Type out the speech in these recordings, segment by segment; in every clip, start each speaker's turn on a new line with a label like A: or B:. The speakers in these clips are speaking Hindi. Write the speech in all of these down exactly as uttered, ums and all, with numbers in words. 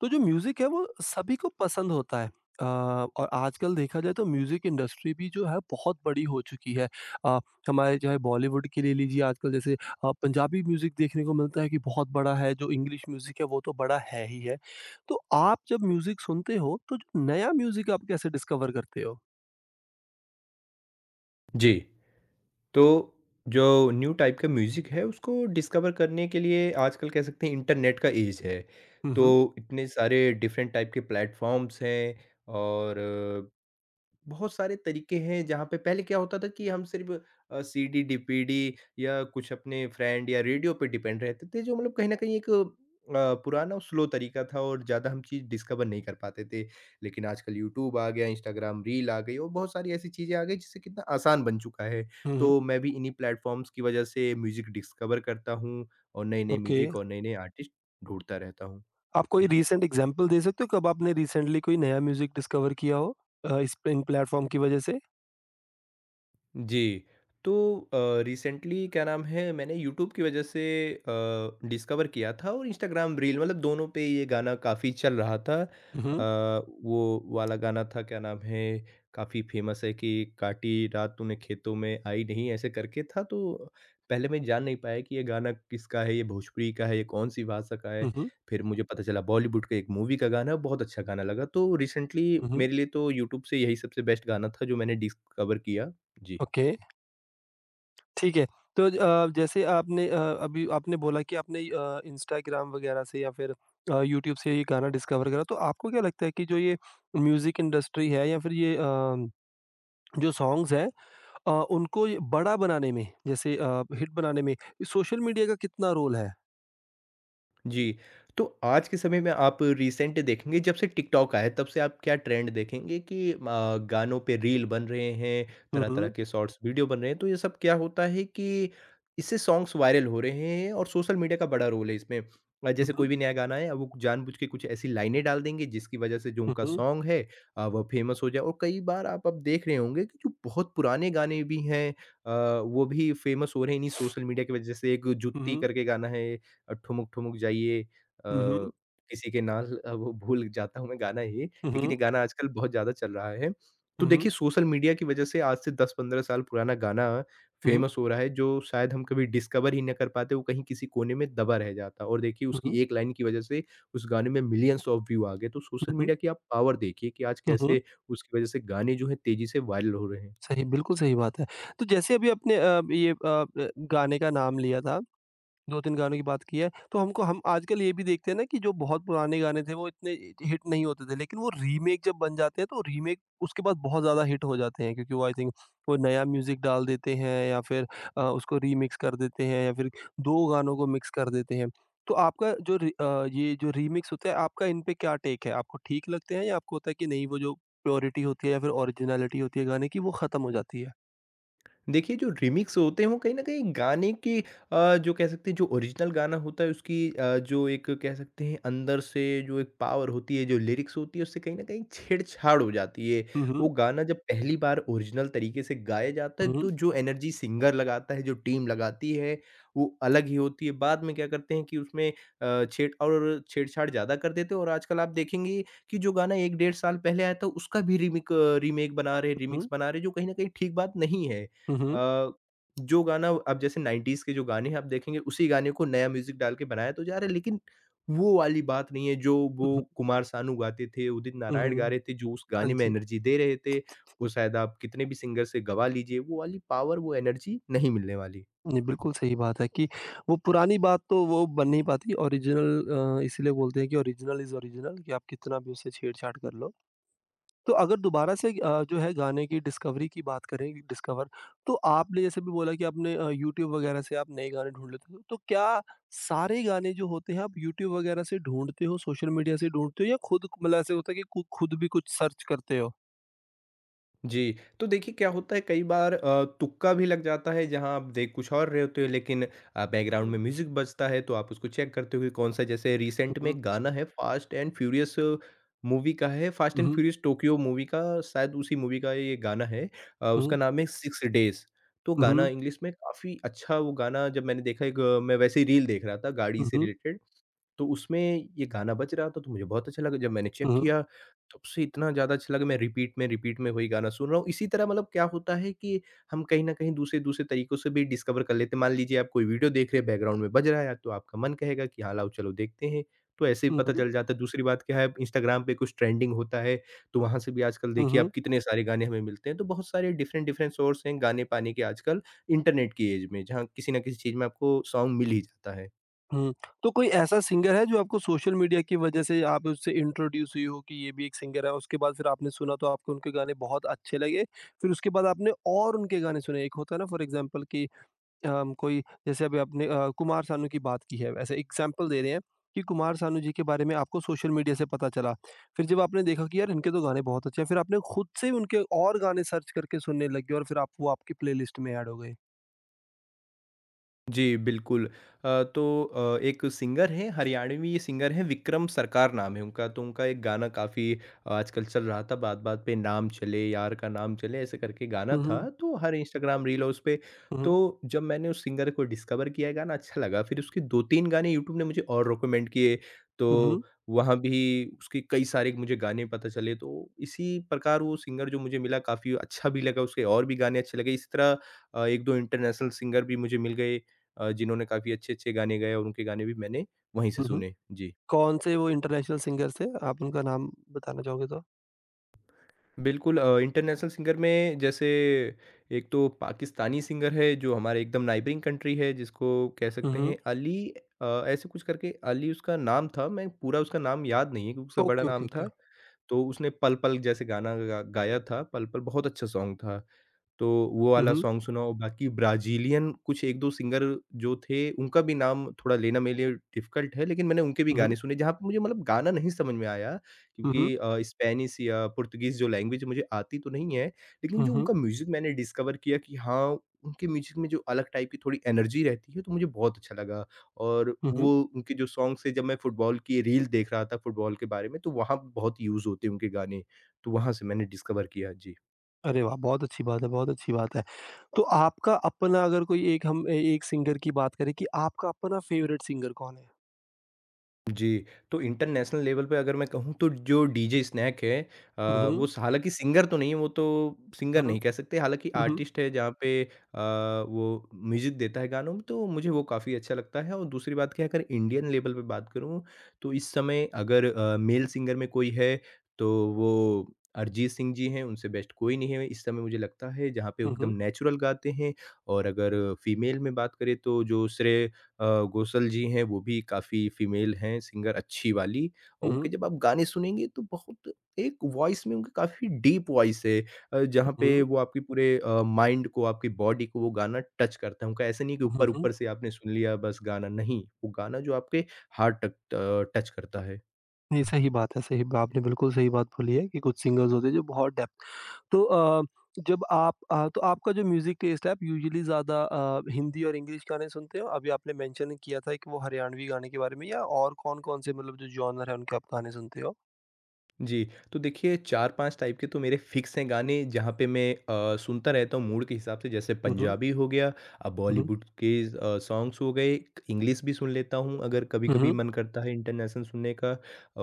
A: तो जो म्यूज़िक है वो सभी को पसंद होता है। अ, और आजकल देखा जाए तो म्यूज़िक इंडस्ट्री भी जो है बहुत बड़ी हो चुकी है। अ, हमारे चाहे बॉलीवुड की ले लीजिए आजकल जैसे अ, पंजाबी म्यूज़िक देखने को मिलता है कि बहुत बड़ा है, जो इंग्लिश म्यूज़िक है वो तो बड़ा है ही है। तो आप जब म्यूज़िक सुनते हो तो जो नया म्यूज़िक आप कैसे डिस्कवर करते हो?
B: जी, तो जो न्यू टाइप का म्यूज़िक है उसको डिस्कवर करने के लिए आजकल कह सकते हैं इंटरनेट का ऐज है।
A: हुँ, हुँ।
B: तो इतने सारे डिफरेंट टाइप के प्लेटफ़ॉर्म्स हैं और बहुत सारे तरीके हैं जहाँ पे पहले क्या होता था कि हम सिर्फ अ, सीडी, डीपीडी या कुछ अपने फ्रेंड या रेडियो पे डिपेंड रहते थे जो मतलब कहीं न कहीं एक अ, पुराना और स्लो तरीका था और ज़्यादा हम चीज़ डिस्कवर नहीं कर पाते थे। लेकिन आजकल यूट्यूब आ गया, इंस्टाग्राम रील आ गई और बहुत सारी ऐसी चीज़ें आ गई जिससे कितना आसान बन चुका है।
A: हुँ,
B: तो
A: हुँ।
B: मैं भी इन्हीं प्लेटफ़ॉर्म्स की वजह से म्यूज़िक डिस्कवर करता हूँ और नए-नए
A: ओके।
B: म्यूज़िक और नए-नए आर्टिस्ट ढूँढता रहता हूँ।
A: आप कोई रीसेंट एग्ज़ाम्पल दे सकते हो कब आपने रिसेंटली कोई नया म्यूज़िक डिस्कवर किया हो, अ, इस इन प्लेटफ़ॉर्म की वजह से?
B: जी। तो अ, रिसेंटली क्या नाम है मैंने यूट्यूब की वज़ह से अ, डिस्कवर किया था और इंस्टाग्राम रील मतलब दोनों पे ये गाना काफ़ी चल रहा था।
A: हुँ, हुँ।
B: अ, वो वाला गाना था क्या नाम है काफ़ी फ़ेमस है कि काटी रात तूने खेतों में आई नहीं ऐसे करके था। तो पहले मैं जान नहीं पाया कि ये गाना किसका है, ये भोजपुरी का है, ये कौन-सी भाषा का है।
A: हुँ, हुँ।
B: फिर मुझे पता चला बॉलीवुड का एक मूवी का गाना है, बहुत अच्छा गाना लगा। तो रिसेंटली
A: हुँ, हुँ।
B: मेरे लिए तो यूट्यूब से यही सबसे बेस्ट गाना था जो मैंने डिस्कवर किया। जी।
A: ओके। ठीक है। तो अ, जैसे आपने अ, अभी आपने बोला कि आपने अ, इंस्टाग्राम वगैरह से या फिर अ, यूट्यूब से ये गाना डिस्कवर करा, तो आपको क्या लगता है कि जो ये म्यूज़िक इंडस्ट्री है या फिर ये अ, जो सॉन्ग्स हैं, अ, उनको ये बड़ा बनाने में जैसे अ, हिट बनाने में सोशल मीडिया का कितना रोल है?
B: जी, तो आज के समय में आप रिसेंट देखेंगे जब से टिकटॉक आया है तब से आप क्या ट्रेंड देखेंगे कि अ, गानों पे रील बन रहे हैं,
A: हुँ,
B: तरह-तरह
A: हुँ।
B: के शॉर्ट्स वीडियो बन रहे हैं, तो ये सब क्या होता है कि इससे सॉन्ग्स वायरल हो रहे हैं और सोशल मीडिया का बड़ा रोल है इसमें। अ, जैसे कोई
A: हुँ,
B: भी नया गाना आया वो जानबूझ के कुछ ऐसी लाइनें डाल देंगे जिसकी वजह से जो उनका
A: हुँ।
B: सॉन्ग है अ, वो फेमस हो जाए और कई बार आप अब देख रहे होंगे कि जो बहुत पुराने गाने भी हैं अ, वो भी फेमस हो रहे हैं इन्हीं सोशल मीडिया की वजह से। एक
A: हुँ,
B: जुत्ती
A: हुँ।
B: करके गाना है, अ, ठुमुक-ठुमुक जाइए अ,
A: हुँ, हुँ।
B: किसी के नाल, अ, वो भूल जाता हूँ मैं गाना ये,
A: हुँ,
B: लेकिन ये
A: हुँ।
B: गाना आजकल बहुत ज़्यादा चल रहा है। तो
A: हुँ, हुँ।
B: देखिए सोशल मीडिया की वजह से आज से दस पंद्रह साल पुराना गाना
A: हुँ, हुँ।
B: फ़ेमस हो रहा है जो शायद हम कभी डिस्कवर ही ना कर पाते, वो कहीं किसी कोने में दबा रह जाता और देखिए उसकी एक लाइन की वजह से उस गाने में मिलियंस ऑफ व्यू आ गए। तो सोशल
A: हुँ,
B: मीडिया की आप पावर देखिए कि आज
A: हुँ, हुँ।
B: कैसे उसकी वजह से गाने जो हैं तेज़ी से वायरल हो रहे हैं।
A: सही, बिल्कुल सही बात है। तो जैसे अभी आपने अ, ये अ, गाने का नाम लिया था, दो तीन गानों की बात की है, तो हमको हम आजकल ये भी देखते हैं ना कि जो बहुत पुराने गाने थे वो इतने हिट नहीं होते थे, लेकिन वो रीमेक जब बन जाते हैं तो रीमेक उसके बाद बहुत ज़्यादा हिट हो जाते हैं क्योंकि वो आई थिंक वो नया म्यूज़िक डाल देते हैं या फिर अ, उसको रीमिक्स कर देते हैं या फिर दो गानों को मिक्स कर देते हैं। तो आपका जो रि अ, ये जो रीमिक्स होता है आपका इन पे क्या टेक है? आपको ठीक लगते हैं या आपको होता है कि नहीं वो जो प्योरिटी होती है या फिर ओरिजिनैलिटी होती है गाने की वो ख़त्म हो जाती है?
B: देखिए जो रिमिक्स होते हैं वो कहीं न कहीं गाने की, अ, जो कह सकते हैं जो ओरिजिनल गाना होता है उसकी, अ, जो एक कह सकते हैं अंदर से जो एक पावर होती है, जो लिरिक्स होती है उससे कहीं न कहीं छेड़छाड़ हो जाती है।
A: हुँ,
B: वो
A: हुँ।
B: गाना जब पहली बार ओरिजिनल तरीके से गाया जाता है
A: हुँ, हुँ,
B: तो जो एनर्जी सिंगर लगाता है, जो टीम लगाती है वो अलग ही होती है। बाद में क्या करते हैं कि उसमें अ, छेड़ और छेड़छाड़ ज़्यादा कर देते हैं और आजकल आप देखेंगे कि जो गाना एक डेढ़ साल पहले आया था उसका भी रीमिक रीमेक बना रहे हैं, रिमिक्स
A: हुँ,
B: बना रहे हैं जो कहीं न कहीं ठीक बात नहीं है।
A: हुँ, हुँ,
B: अ, जो गाना अब जैसे नाइंटीज़ के जो गाने हैं आप देखेंगे उसी गाने को नया म्यूज़िक डाल के बनाया तो जा रहा है लेकिन वो वाली बात नहीं है जो
A: हुँ,
B: वो
A: हुँ,
B: कुमार सानू गाते थे, उदित
A: हुँ,
B: नारायण गा
A: हुँ।
B: रहे थे, जो उस
A: हाँ
B: गाने में
A: जी।
B: एनर्जी दे रहे थे, वो शायद आप कितने भी सिंगर से गवा लीजिए, वो वाली पावर, वो एनर्जी नहीं मिलने वाली।
A: जी, बिल्कुल सही बात है कि वो पुरानी बात तो वो बन नहीं पाती ओरिजिनल, अ, इसीलिए बोलते हैं कि ओरिजिनल इज़ ओरिजिनल कि आप कितना भी उससे छेड़-छाड़ कर लो। तो अगर दोबारा से अ, जो है गाने की डिस्कवरी की बात करें डिस्कवर, तो आपने जैसे भी बोला कि आपने अ, यूट्यूब वगैरह से आप नए गाने ढूँढ लेते हो। तो क्या सारे गाने जो होते हैं आप यूट्यूब वगैरह से ढूँढते हो, सोशल मीडिया से ढूँढते हो या खुद मतलब ऐसे होता है कि कु खुद भी कुछ सर्च करते हो?
B: जी, तो देखिए क्या होता है कई बार अ, तुक्का भी लग जाता है जहाँ आप देख कुछ और रहे होते हो लेकिन अ, बैकग्राउंड में
A: हुँ।
B: म्यूज़िक बजता है तो आप उसको चेक करते हो कि कौन-सा, जैसे
A: हुँ,
B: रिसेंट में
A: हुँ,
B: एक गाना है फ़ास्ट एंड फ्यूरियस मूवी का है, fast and
A: hmm,
B: furious Tokyo movie का शायद उसी मूवी का ये गाना है, अ, उसका
A: हुँ,
B: नाम है सिक्स डेज़। तो गाना
A: हुँ,
B: इंग्लिश में काफ़ी अच्छा, वो गाना जब मैंने देखा एक, अ, मैं वैसे ही रील देख रहा था गाड़ी
A: हुँ,
B: से
A: हुँ,
B: रिलेटेड तो उसमें ये गाना बज रहा था तो मुझे बहुत अच्छा लगा जब मैंने चेक
A: हुँ,
B: किया, तब से इतना ज़्यादा अच्छा लगा मैं रिपीट में रिपीट में वही गाना सुन रहा हूँ। इसी तरह मतलब क्या होता है कि हम कहीं न कहीं दूसरे-दूसरे तरीकों से भी डिस्कवर कर लेते हैं। मान लीजिए आप कोई वीडियो देख रहे हैं बैकग्राउंड में बज रहा है तो आपका मन कहेगा कि हाँ, लाओ चलो देखते हैं, तो ऐसे ही पता
A: हुँ,
B: चल जाता है। दूसरी बात क्या है, इंस्टाग्राम पे कुछ ट्रेंडिंग होता है तो वहाँ से भी आजकल
A: हुँ,
B: देखिए आप
A: हुँ।
B: कितने सारे गाने हमें मिलते हैं। तो बहुत सारे डिफरेंट-डिफरेंट सोर्स हैं गाने पाने के आजकल इंटरनेट की ऐज में, जहाँ किसी न किसी चीज़ में आपको सॉन्ग मिल ही जाता है।
A: हुँ। तो कोई ऐसा सिंगर है जो आपको सोशल मीडिया की वजह से आप उससे इंट्रोड्यूस हुई हो कि ये भी एक सिंगर है, उसके बाद फिर आपने सुना तो आपको उनके गाने बहुत अच्छे लगे, फिर उसके बाद आपने और उनके गाने सुने? एक होता है ना फॉर एग्ज़ाम्पल कि अम, कोई, जैसे अभी आपने अ, कुमार सानू की बात की है, वैसे एग्ज़ाम्पल दे रहे हैं कि कुमार सानू जी के बारे में आपको सोशल मीडिया से पता चला। फिर जब आपने देखा कि यार इनके तो गाने बहुत अच्छे हैं, फिर आपने खुद से उनके और गाने सर्च करके सुनने लग गए और फिर आप वो आपकी प्लेलिस्ट में ऐड हो गए।
B: जी, बिल्कुल। अ, तो अ, एक सिंगर हैं, हरियाणवी सिंगर हैं, विक्रम सरकार नाम है उनका। तो उनका एक गाना काफ़ी आजकल चल रहा था, बात-बात पे नाम चले, यार का नाम चले, ऐसे करके गाना
A: हुँ,
B: था।
A: हुँ।
B: तो हर इंस्टाग्राम रील और उस पे,
A: हुँ,
B: तो
A: हुँ।
B: जब मैंने उस सिंगर को डिस्कवर किया, गाना अच्छा लगा, फिर उसके दो तीन गाने यूट्यूब ने मुझे और रिकमेंड किए।
A: हुँ,
B: तो
A: हुँ।
B: वहाँ भी उसके कई सारे मुझे गाने पता चले। तो इसी प्रकार वो सिंगर जो मुझे मिला, काफ़ी अच्छा भी लगा, उसके और भी गाने अच्छे लगे। इसी तरह अ, एक दो इंटरनेशनल सिंगर भी मुझे मिल गए। अ, जिन्होंने काफ़ी अच्छे-अच्छे गाने गाए और उनके गाने भी मैंने वहीं से
A: हुँ, हुँ।
B: सुने। जी।
A: कौन से वो इंटरनेशनल सिंगर थे? आप उनका नाम बताना चाहोगे तो?
B: बिल्कुल। अ, इंटरनेशनल सिंगर में जैसे एक तो पाकिस्तानी सिंगर है जो हमारे एकदम नेइबरिंग कंट्री है जिसको कह
A: हुँ,
B: सकते
A: हुँ।
B: हैं अली, अ, ऐसे कुछ करके अली उसका नाम था, मैं पूरा उसका नाम याद नहीं है क्योंकि उसका बड़ा
A: ओके, ओके,
B: नाम
A: ओके।
B: था। तो उसने पल-पल जैसे गाना गा गाया था, पल-पल बहुत अच्छा सॉन्ग था। तो वो
A: हुँ,
B: वाला
A: हुँ।
B: सॉन्ग सुना और बाकी ब्राज़ीलियन कुछ एक दो सिंगर जो थे, उनका भी नाम थोड़ा लेना मेरे लिए डिफ़िकल्ट है, लेकिन मैंने उनके भी
A: हुँ, हुँ।
B: गाने सुने, जहाँ पे मुझे मतलब गाना नहीं समझ में आया
A: हुँ, हुँ।
B: क्योंकि अ, स्पेनिश या पुर्तगीज़ जो लैंग्वेज मुझे आती तो नहीं है, लेकिन
A: हुँ,
B: जो
A: हुँ।
B: उनका म्यूज़िक मैंने डिस्कवर किया कि हाँ, उनके म्यूज़िक में जो अलग टाइप की थोड़ी एनर्जी रहती है, तो मुझे बहुत अच्छा लगा और
A: हुँ, हुँ।
B: वो उनके जो सॉन्ग्स हैं, जब मैं फुटबॉल की रील देख रहा था फुटबॉल के बारे में, तो वहाँ बहुत यूज़ होते हैं उनके गाने, तो वहाँ से मैंने डिस्कवर किया। जी।
A: अरे वाह! बहुत अच्छी बात है, बहुत अच्छी बात है। तो आपका अपना अगर कोई एक हम ए एक सिंगर की बात करें कि आपका अपना फ़ेवरेट सिंगर कौन है?
B: जी, तो इंटरनेशनल लेवल पे अगर मैं कहूँ तो जो डीजे स्नैक है,
A: हुँ,
B: अ, वो
A: हुँ।
B: स हालाँकि सिंगर तो नहीं है, वो तो सिंगर
A: हुँ,
B: नहीं कह सकते, हालाँकि
A: हुँ।
B: आर्टिस्ट है जहाँ पे अ, वो म्यूज़िक देता है गानों में, तो मुझे वो काफ़ी अच्छा लगता है और दूसरी बात क्या है अगर इंडियन लेवल पे बात करूँ, तो इस समय अगर अ, मेल सिंगर में कोई है, तो वो अरिजीत सिंह जी हैं, उनसे बेस्ट कोई नहीं है इस समय मुझे लगता है, जहाँ पे वो
A: हुँ,
B: एकदम
A: हुँ।
B: नेचुरल गाते हैं और अगर फीमेल में बात करें तो जो श्रेय अ, घोषल जी हैं, वो भी काफ़ी फीमेल हैं सिंगर अच्छी वाली और
A: हुँ,
B: उनके
A: हुँ।
B: जब आप गाने सुनेंगे तो बहुत एक वॉइस में उनकी काफ़ी डीप वॉइस है, अ, जहाँ
A: हुँ,
B: पे
A: हुँ।
B: वो आपके पूरे अ, माइंड को, आपकी बॉडी को वो गाना टच करता है। उनका ऐसा नहीं है कि
A: हुँ, हुँ।
B: ऊपर-ऊपर से आपने सुन लिया बस गाना, नहीं, वो गाना जो आपके हार्ट टक अ, टच करता है।
A: नहीं, सही बात है, सही आपने बिल्कुल सही बात बोली है कि कुछ सिंगर्स होते हैं जो बहुत डेप्थ। तो अ, जब आप अ, तो आपका जो म्यूज़िक टेस्ट है आप यूजुअली ज़्यादा अ, हिंदी और इंग्लिश गाने सुनते हो? अभी आपने मेंशन किया था कि वो हरियाणवी गाने के बारे में या और कौन-कौन से मतलब जो जॉनर है उनके आप गाने सुनते हो?
B: जी, तो देखिए चार पाँच टाइप के तो मेरे फ़िक्स हैं गाने जहाँ पे मैं अ, सुनता रहता हूँ मूड के हिसाब से, जैसे
A: हुँ, हुँ।
B: पंजाबी हो गया, अब
A: हुँ, हुँ।
B: बॉलीवुड के अ, सॉन्ग्स हो गए, इंग्लिश भी सुन लेता हूँ अगर
A: हुँ,
B: कभी-कभी
A: हुँ।
B: मन करता है इंटरनेशनल सुनने का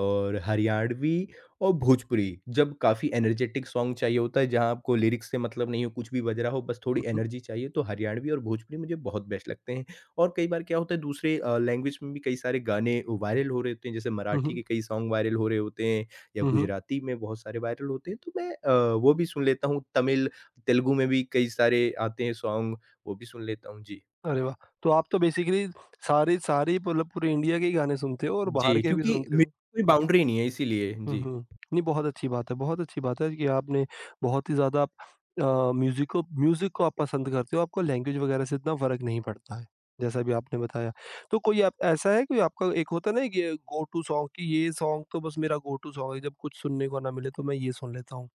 B: और हरियाणवी और भोजपुरी। जब काफ़ी एनर्जेटिक सॉन्ग चाहिए होता है जहाँ आपको लिरिक्स से मतलब नहीं हो, कुछ भी बज रहा हो बस थोड़ी
A: हुँ, हुँ।
B: एनर्जी चाहिए तो हरियाणवी और भोजपुरी मुझे बहुत बेस्ट लगते हैं। और कई बार क्या होता है दूसरे अ, लैंग्वेज में भी कई सारे गाने वायरल हो रहे होते हैं जैसे
A: हुँ,
B: मराठी के
A: हुँ।
B: कई सॉन्ग वायरल हो रहे होते हैं। या
A: हुँ, हुँ।
B: गुजराती में बहुत सारे वायरल होते हैं, तो मैं अ, वो भी सुन लेता हूँ, तमिल, तेलुगु में भी कई सारे आते हैं सॉन्ग, वो भी सुन लेता हूँ। जी।
A: अरे वाह! तो आप तो बेसिकली सारे सारे मतलब पूरे इंडिया के ही गाने सुनते हो और बाहर
B: जी,
A: के भी
B: क्योंकि
A: सुनते
B: मेरी
A: हो।
B: कोई बाउंड्री नहीं है इसीलिए।
A: हुँ,
B: जी।
A: हुँ। नहीं बहुत अच्छी बात है, बहुत अच्छी बात है कि आपने बहुत ही ज़्यादा आप अ, म्यूज़िक को म्यूज़िक को आप पसंद करते हो, आपको लैंग्वेज वगैरह से इतना फ़र्क नहीं पड़ता है, जैसा भी आपने बताया। तो कोई आप ऐसा है कोई आपका एक होता है ना कि गो टू सॉन्ग कि ये सॉन्ग तो बस मेरा गो टू सॉन्ग है, जब कुछ सुनने को ना मिले तो मैं ये सुन लेता हूँ?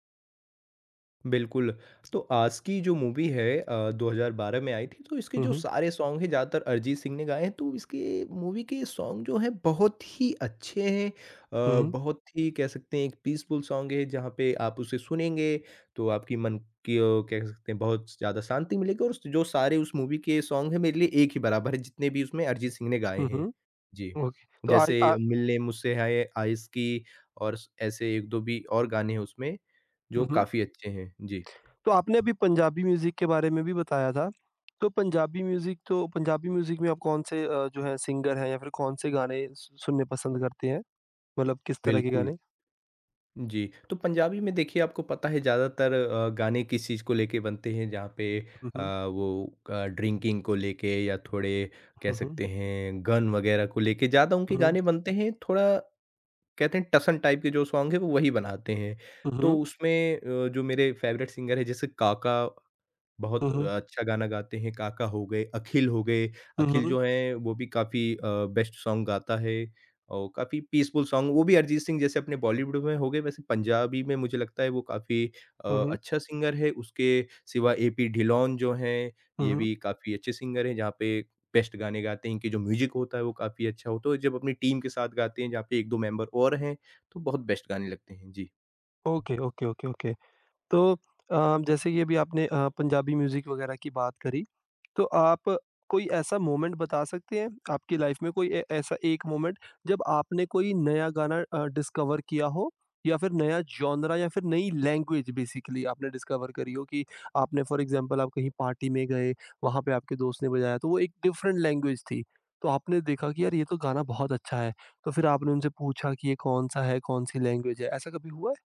B: बिल्कुल, तो आस की जो मूवी है अ, दो हज़ार बारह में आई थी तो इसके
A: हुँ,
B: जो
A: हुँ।
B: सारे सॉन्ग हैं ज़्यादातर अरिजीत सिंह ने गाए हैं तो इसके मूवी के सॉन्ग जो हैं बहुत ही अच्छे हैं।
A: हुँ,
B: अ,
A: हुँ।
B: बहुत ही कह सकते हैं एक पीसफुल सॉन्ग है जहाँ पे आप उसे सुनेंगे तो आपकी मन की ओ कह सकते हैं बहुत ज़्यादा शांति मिलेगी और उस- जो सारे उस मूवी के सॉन्ग हैं मेरे लिए एक ही बराबर है जितने भी उसमें अरिजीत सिंह ने गाए
A: हुँ,
B: हैं।
A: हुँ।
B: जी,
A: ओके। तो आज
B: जैसे
A: अ,
B: मिलने मुझसे है आइस की और ऐसे एक दो भी और गाने हैं उसमें जो
A: हुँ, हुँ।
B: काफ़ी अच्छे हैं। जी,
A: तो आपने अभी पंजाबी म्यूज़िक के बारे में भी बताया था, तो पंजाबी म्यूज़िक तो पंजाबी म्यूज़िक में आप कौन से अ, जो है सिंगर हैं या फिर कौन से गाने सु सुनने पसंद करते हैं? मतलब किस तरह के
B: बिल्कुल।
A: गाने?
B: जी, तो पंजाबी में देखिए आपको पता है ज़्यादातर अ, गाने किस चीज़ को लेके बनते हैं जहाँ पे
A: हुँ, हुँ।
B: अ, वो अ, ड्रिंकिंग को लेके या थोड़े कह
A: हुँ, हुँ।
B: सकते हैं गन वग़ैरह को लेके ज़्यादा उनके
A: हुँ,
B: गाने बनते हैं। थोड़ा कहते हैं टसन टाइप के जो सॉन्ग हैं वो वही बनाते हैं।
A: हुँ,
B: तो
A: हुँ,
B: उसमें अ, जो मेरे फ़ेवरेट सिंगर हैं जैसे काका बहुत
A: हुँ, हुँ,
B: अच्छा गाना गाते हैं, काका हो गए, अखिल हो गए।
A: हुँ,
B: अखिल
A: हुँ,
B: जो हैं वो भी काफ़ी अ, बेस्ट सॉन्ग गाता है और काफ़ी पीसफुल सॉन्ग वो भी अरिजीत सिंह जैसे अपने बॉलीवुड में हो गए, वैसे पंजाबी में मुझे लगता है वो काफ़ी अ,
A: हुँ,
B: अच्छा सिंगर है। उसके सिवा एपी ढिलोन जो हैं,
A: हुँ,
B: ये
A: हुँ।
B: भी काफ़ी अच्छे सिंगर हैं, जहाँ पे बेस्ट गाने गाते हैं। इनके जो म्यूज़िक होता है वो काफ़ी अच्छा होता है और जब अपनी टीम के साथ गाते हैं, जहाँ पे एक दो मेंबर और हैं, तो बहुत बेस्ट गाने लगते हैं। जी।
A: Okay, okay, okay, okay. तो अ, जैसे कि अभी आपने अ, पंजाबी म्यूज़िक वगैरह की बात करी। तो आप कोई ऐसा मोमेंट बता सकते हैं आपकी लाइफ में कोई ए- ऐसा एक मोमेंट जब आपने कोई नया गाना डिस्कवर किया हो या फिर नया जॉनरा या फिर नई लैंग्वेज बेसिकली आपने डिस्कवर करी हो कि आपने फॉर एग्जांपल आप कहीं पार्टी में गए, वहां पे आपके दोस्त ने बजाया तो वो एक डिफरेंट लैंग्वेज थी, तो आपने देखा कि यार ये तो गाना बहुत अच्छा है, तो फिर आपने उनसे पूछा कि ये कौन सा है, कौन सी लैंग्वेज है, ऐसा कभी हुआ है?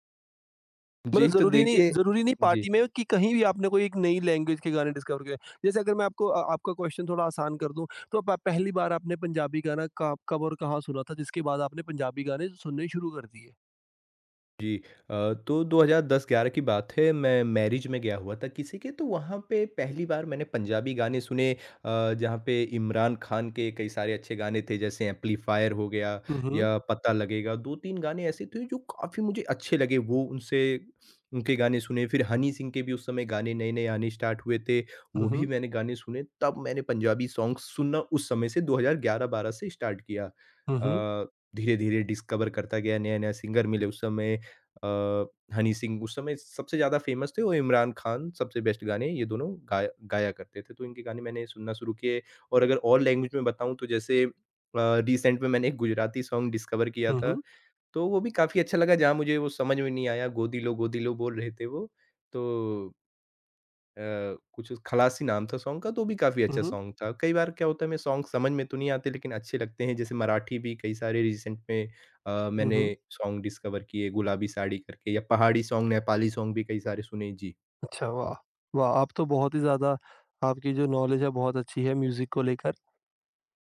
A: मतलब
B: जी, तो
A: ज़रूरी नहीं,
B: देखिए
A: ज़रूरी नहीं
B: जी।
A: पार्टी में कि कहीं भी आपने कोई एक नई लैंग्वेज के गाने डिस्कवर किए। जैसे अगर मैं आपको अ, आपका क्वेश्चन थोड़ा आसान कर दूँ, तो प पहली बार आपने पंजाबी गाना क कब और कहाँ सुना था, जिसके बाद आपने पंजाबी गाने सुनने शुरू कर दिए?
B: जी अ, तो दो हज़ार दस-ग्यारह की बात है, मैं मैरिज में गया हुआ था किसी के, तो वहाँ पे पहली बार मैंने पंजाबी गाने सुने। अ, जहाँ पे इमरान खान के कई सारे अच्छे गाने थे, जैसे एम्पलीफायर हो गया
A: हुँ, हुँ।
B: या पता लगेगा दो तीन गाने ऐसे थे जो काफ़ी मुझे अच्छे लगे, वो उनसे उनके गाने सुने। फिर हनी सिंह के भी उस समय गाने नए नए आने स्टार्ट हुए थे, वो
A: हुँ,
B: भी
A: हुँ।
B: मैंने गाने सुने। तब मैंने पंजाबी सॉन्ग सुनना उस समय से दो हज़ार ग्यारह-बारह से स्टार्ट किया।
A: हुँ, हुँ।
B: अ, धीरे धीरे डिस्कवर करता गया, नया नया सिंगर मिले उस समय। अ, हनी सिंह उस समय सबसे ज़्यादा फ़ेमस थे और इमरान खान सबसे बेस्ट गाने ये दोनों गाया गाया करते थे, तो इनके गाने मैंने सुनना शुरू किए। और अगर और लैंग्वेज में बताऊँ तो जैसे अ, रिसेंट में मैंने एक गुजराती सॉन्ग डिस्कवर किया
A: हुँ,
B: था,
A: हुँ।
B: तो वो भी काफ़ी अच्छा लगा। जहाँ मुझे वो समझ में नहीं आया, गोदी लो गोदी लो बोल रहे थे वो, तो अ, कुछ खलासी नाम था सॉन्ग का, तो भी काफ़ी
A: हुँ,
B: अच्छा
A: हुँ।
B: सॉन्ग था। कई बार क्या होता है हमें सॉन्ग समझ में तो नहीं आते लेकिन अच्छे लगते हैं, जैसे मराठी भी कई सारे रिसेंट में अ,
A: हुँ,
B: मैंने
A: हुँ।
B: सॉन्ग डिस्कवर किए, गुलाबी साड़ी करके या पहाड़ी सॉन्ग, नेपाली सॉन्ग भी कई सारे सुने। जी।
A: अच्छा, वाह! वाह! आप तो बहुत ही ज़्यादा आपकी जो नॉलेज है बहुत अच्छी है म्यूज़िक को लेकर।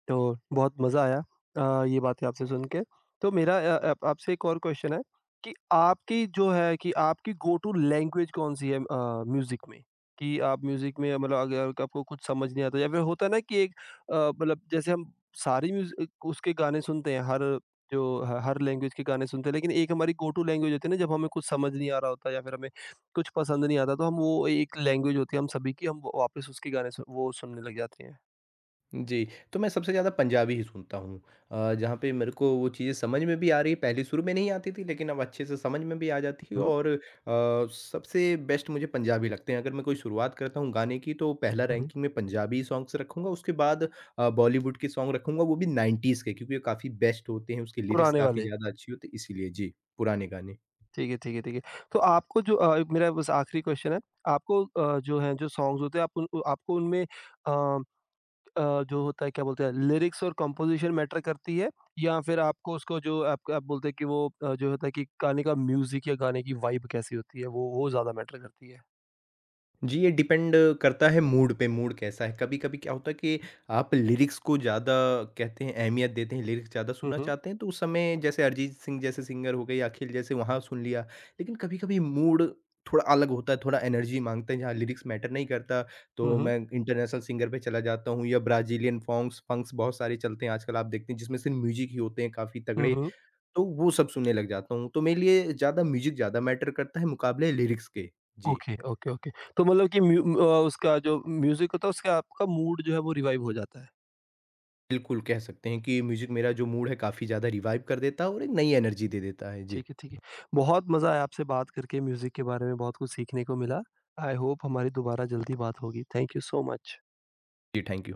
A: तो बहुत मज़ा आया अ, ये बातें आपसे सुन के। तो मेरा अ, आप आपसे एक और क्वेश्चन है कि आपकी जो है कि आपकी गो टू लैंग्वेज कौन-सी है अ, म्यूज़िक में? कि आप म्यूज़िक में मतलब अगर आपको कुछ समझ नहीं आता या फिर होता है ना कि एक अ, मतलब जैसे हम सारी म्यूज़िक उसके गाने सुनते हैं, हर जो ह हर लैंग्वेज के गाने सुनते हैं, लेकिन एक हमारी गो टू लैंग्वेज होती है ना जब हमें कुछ समझ नहीं आ रहा होता या फिर हमें कुछ पसंद नहीं आता, तो हम वो एक लैंग्वेज होती है हम सभी की, हम वापस उसके गाने सु वो सुनने लग जाते हैं।
B: जी, तो मैं सबसे ज़्यादा पंजाबी ही सुनता हूँ। अ, जहाँ पे मेरे को वो चीज़ें समझ में भी आ रही है, पहले शुरू में नहीं आती थी लेकिन अब अच्छे से समझ में भी आ जाती है।
A: हुँ,
B: और अ, सबसे बेस्ट मुझे पंजाबी लगते हैं। अगर मैं कोई शुरुआत करता हूँ गाने की तो पहला
A: हुँ,
B: रैंकिंग में पंजाबी सॉन्ग्स रखूँगा, उसके बाद अ, बॉलीवुड के सॉन्ग रखूँगा वो भी नाइंटीज़ के, क्योंकि ये काफ़ी बेस्ट होते हैं, उसके लिरिक्स
A: पुराने
B: काफ़ी
A: वाले।
B: ज़्यादा अच्छी होती है इसीलिए। जी, पुराने गाने।
A: ठीक है, ठीक है, ठीक है। तो आपको जो अ, मेरा बस आखिरी क्वेश्चन है। आपको अ, जो है जो सॉन्ग्स होते हैं आप उन उ आपको उनमें अ अ, जो होता है क्या बोलते हैं लिरिक्स और कंपोज़िशन मैटर करती है या फिर आपको उसको जो आप आप बोलते हैं कि वो अ, जो होता है कि गाने का म्यूज़िक या गाने की वाइब कैसी होती है वो वो ज़्यादा मैटर करती है?
B: जी, ये डिपेंड करता है मूड पे, मूड कैसा है। कभी-कभी क्या होता है कि आप लिरिक्स को ज़्यादा कहते हैं अहमियत देते हैं, लिरिक्स ज़्यादा
A: हुँ,
B: सुनना
A: हुँ।
B: चाहते हैं, तो उस समय जैसे अरिजीत सिंह जैसे सिंगर हो गए या अखिल जैसे वहाँ सुन लिया। लेकिन कभी-कभी मूड थोड़ा अलग होता है, थोड़ा एनर्जी माँगते हैं, जहाँ लिरिक्स मैटर नहीं करता,
A: हुँ,
B: तो
A: हुँ।
B: मैं इंटरनेशनल सिंगर पे चला जाता हूँ या ब्राज़ीलियन फ़ोंक्स फंक्स बहुत सारे चलते हैं आजकल आप देखते हैं, जिसमें सिर्फ़ म्यूज़िक ही होते हैं काफ़ी
A: हुँ,
B: तगड़े,
A: हुँ।
B: तो वो सब सुनने लग जाता हूँ। तो मेरे लिए ज़्यादा म्यूज़िक ज़्यादा मैटर करता है मुकाबले लिरिक्स के। जी।
A: Okay, okay, okay. तो मतलब कि म्यू अ, उसका जो म्यूज़िक होता है उसका आपका मूड जो है वो रिवाइव हो जाता है।
B: बिल्कुल, कह सकते हैं कि म्यूज़िक मेरा जो मूड है काफ़ी ज़्यादा रिवाइव कर देता है और एक नई एनर्जी दे देता है। जी।
A: ठीक है, ठीक है। बहुत मज़ा आया आपसे बात करके, म्यूज़िक के बारे में बहुत कुछ सीखने को मिला। आई होप हमारी दोबारा जल्दी बात होगी। Thank you so much.
B: जी, थैंक यू।